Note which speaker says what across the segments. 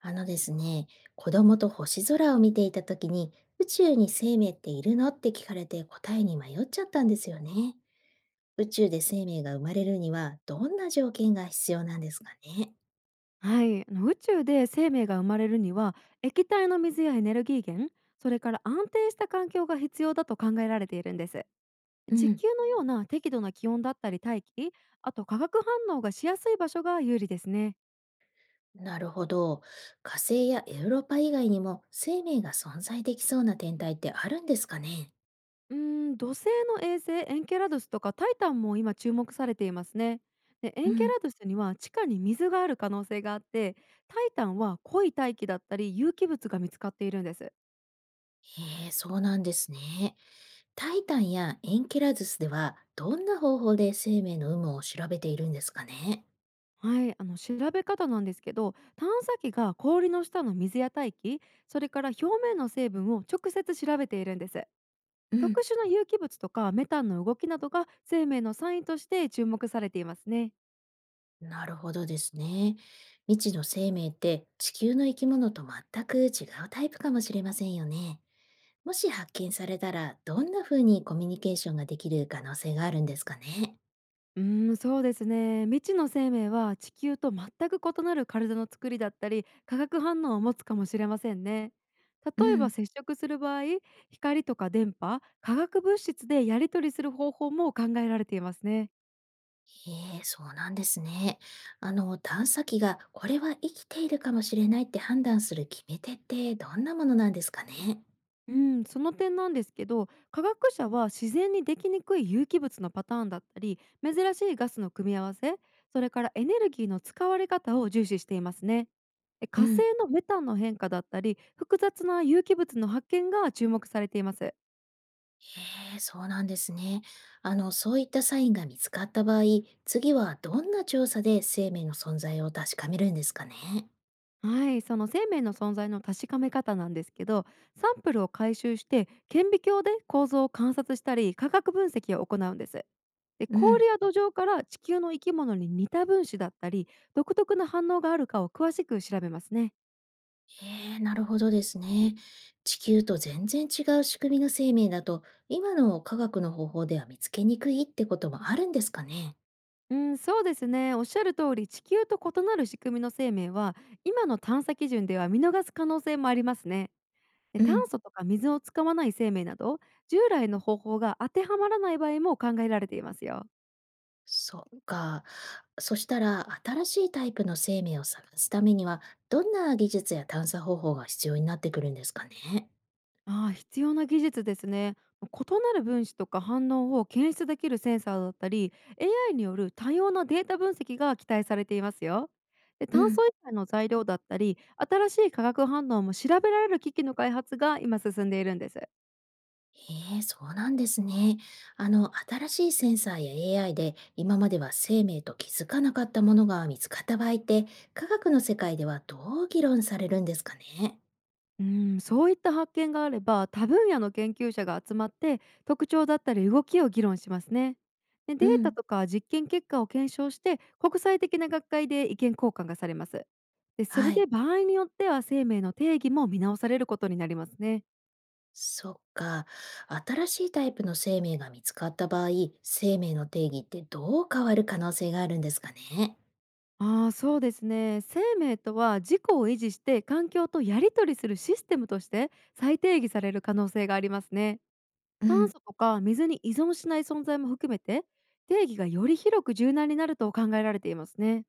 Speaker 1: あのですね、子供と星空を見ていた時に、宇宙に生命っているのって聞かれて答えに迷っちゃったんですよね。宇宙で生命が生まれるにはどんな条件が必要なんですかね。
Speaker 2: はい、宇宙で生命が生まれるには液体の水やエネルギー源、それから安定した環境が必要だと考えられているんです。
Speaker 1: う
Speaker 2: 地
Speaker 1: ん、
Speaker 2: 球のような適度な気温だったり大気、あと化学反応がしやすい場所が有利ですね。
Speaker 1: なるほど。火星やエウロパ以外にも生命が存在できそうな天体ってあるんですかね。
Speaker 2: うーん、土星の衛星エンケラドゥスとかタイタンも今注目されていますね。でエ
Speaker 1: う
Speaker 2: ンケ
Speaker 1: ん。
Speaker 2: ラドゥスには地下に水がある可能性があって、タイタンは濃い大気だったり有機物が見つかっているんです。
Speaker 1: へえ、そうなんですね。タイタンやエンケラズスではどんな方法で生命の有無を調べているんですかね。
Speaker 2: はい、調べ方なんですけど、探査機が氷の下の水や大気、それから表面の成分を直接調べているんです。
Speaker 1: う
Speaker 2: 特
Speaker 1: ん。
Speaker 2: 殊な有機物とかメタンの動きなどが生命のサインとして注目されていますね。
Speaker 1: なるほどですね。未知の生命って地球の生き物と全く違うタイプかもしれませんよね。もし発見されたら、どんな風にコミュニケーションができる可能性があるんですかね。
Speaker 2: うーん、そうですね、未知の生命は地球と全く異なる体の作りだったり化学反応を持つかもしれませんね。
Speaker 1: う
Speaker 2: 例えば
Speaker 1: ん、
Speaker 2: 接触する場合、光とか電波、化学物質でやり取りする方法も考えられていますね。
Speaker 1: へえ、そうなんですね。あの、探査機がこれは生きているかもしれないって判断する決め手ってどんなものなんですかね。
Speaker 2: うん、その点なんですけど、科学者は自然にできにくい有機物のパターンだったり珍しいガスの組み合わせ、それからエネルギーの使われ方を重視していますね。
Speaker 1: う
Speaker 2: 火星
Speaker 1: ん。
Speaker 2: のメタンの変化だったり複雑な有機物の発見が注目されています。
Speaker 1: へえ、そうなんですね。あの、そういったサインが見つかった場合、次はどんな調査で生命の存在を確かめるんですかね。
Speaker 2: はい、その生命の存在の確かめ方なんですけど、サンプルを回収して顕微鏡で構造を観察したり化学分析を行うんです。で、
Speaker 1: うん、
Speaker 2: 氷や土壌から地球の生き物に似た分子だったり独特な反応があるかを詳しく調べますね。
Speaker 1: へえ、なるほどですね。地球と全然違う仕組みの生命だと、今の科学の方法では見つけにくいってこともあるんですかね。
Speaker 2: うん、そうですね、おっしゃる通り地球と異なる仕組みの生命は今の探査基準では見逃す可能性もありますね。で、
Speaker 1: う
Speaker 2: 炭
Speaker 1: ん、
Speaker 2: 素とか水を使わない生命など従来の方法が当てはまらない場合も考えられていますよ。
Speaker 1: そっか。そしたら、新しいタイプの生命を探すためには、どんな技術や探査方法が必要になってくるんですかね。
Speaker 2: ああ、必要な技術ですね。異なる分子とか反応を検出できるセンサーだったり、 AI による多様なデータ分析が期待されていますよ。で
Speaker 1: う
Speaker 2: 炭
Speaker 1: ん、
Speaker 2: 素以外の材料だったり新しい化学反応も調べられる機器の開発が今進んでいるんです。
Speaker 1: へえ、そうなんですね。あの、新しいセンサーや AI で今までは生命と気づかなかったものが見つかった場合って、科学の世界ではどう議論されるんですかね。
Speaker 2: うん、そういった発見があれば多分野の研究者が集まって特徴だったり動きを議論しますね。で
Speaker 1: う
Speaker 2: デー
Speaker 1: ん、
Speaker 2: タとか実験結果を検証して国際的な学会で意見交換がされます。でそ
Speaker 1: は
Speaker 2: れ
Speaker 1: い。
Speaker 2: で場合によっては生命の定義も見直されることになりますね。
Speaker 1: そっか。新しいタイプの生命が見つかった場合、生命の定義ってどう変わる可能性があるんですかね。
Speaker 2: ああ、そうですね、生命とは自己を維持して環境とやり取りするシステムとして再定義される可能性がありますね。
Speaker 1: う
Speaker 2: 炭
Speaker 1: ん。
Speaker 2: 素とか水に依存しない存在も含めて、定義がより広く柔軟になると考えられていますね。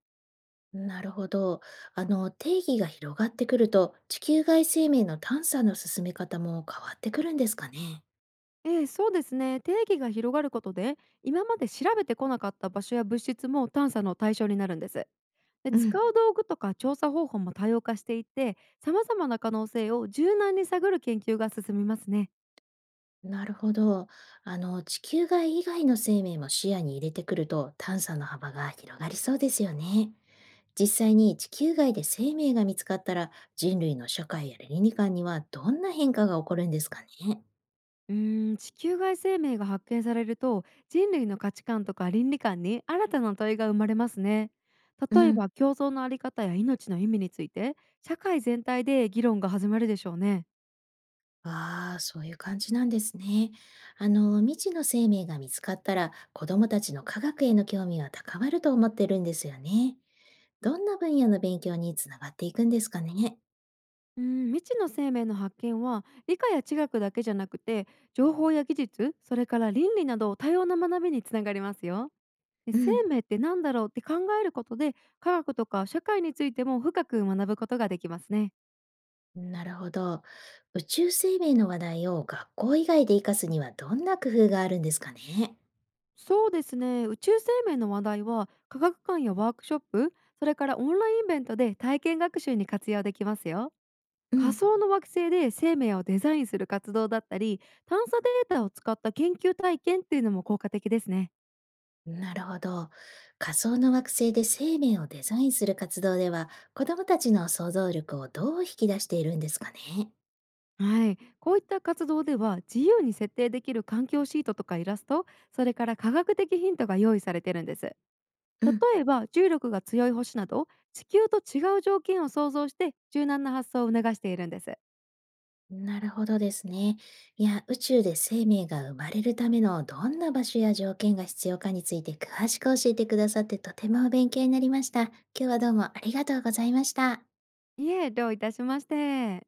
Speaker 1: なるほど。あの、定義が広がってくると、地球外生命の探査の進め方も変わってくるんですかね。
Speaker 2: ええ、そうですね、定義が広がることで今まで調べてこなかった場所や物質も探査の対象になるんです。で
Speaker 1: う
Speaker 2: 使
Speaker 1: ん。
Speaker 2: う道具とか調査方法も多様化していって、様々な可能性を柔軟に探る研究が進みますね。
Speaker 1: なるほど。あの、地球外以外の生命も視野に入れてくると探査の幅が広がりそうですよね。実際に地球外で生命が見つかったら人類の社会や倫理観にはどんな変化が起こるんですかね。
Speaker 2: うーん、地球外生命が発見されると人類の価値観とか倫理観に新たな問いが生まれますね。
Speaker 1: う
Speaker 2: 例え
Speaker 1: ん。
Speaker 2: ば共存のあり方や命の意味について、社会全体で議論が始まるでしょうね。
Speaker 1: ああ、そういう感じなんですね。あの、未知の生命が見つかったら子供たちの科学への興味が高まると思ってるんですよね。どんな分野の勉強につながっていくんですかね。
Speaker 2: うーん、未知の生命の発見は理科や知学だけじゃなくて、情報や技術、それから倫理など多様な学びにつながりますよ。で
Speaker 1: う
Speaker 2: 生
Speaker 1: ん。
Speaker 2: 命って何だろうって考えることで、科学とか社会についても深く学ぶことができますね。
Speaker 1: なるほど。宇宙生命の話題を学校以外で活かすにはどんな工夫があるんですかね。
Speaker 2: そうですね、宇宙生命の話題は科学館やワークショップ、それからオンラインイベントで体験学習に活用できますよ。
Speaker 1: う
Speaker 2: 仮
Speaker 1: ん。
Speaker 2: 想の惑星で生命をデザインする活動だったり、探査データを使った研究体験っていうのも効果的ですね。
Speaker 1: なるほど。仮想の惑星で生命をデザインする活動では、子どもたちの想像力をどう引き出しているんですかね。
Speaker 2: はい、こういった活動では自由に設定できる環境シートとかイラスト、それから科学的ヒントが用意されてるんです。例
Speaker 1: うん。
Speaker 2: えば重力が強い星など地球と違う条件を想像して、柔軟な発想を促しているんです。
Speaker 1: なるほどですね。いや、宇宙で生命が生まれるためのどんな場所や条件が必要かについて詳しく教えてくださってとても勉強になりました。今日はどうもありがとうございました。
Speaker 2: いえ、どういたしまして。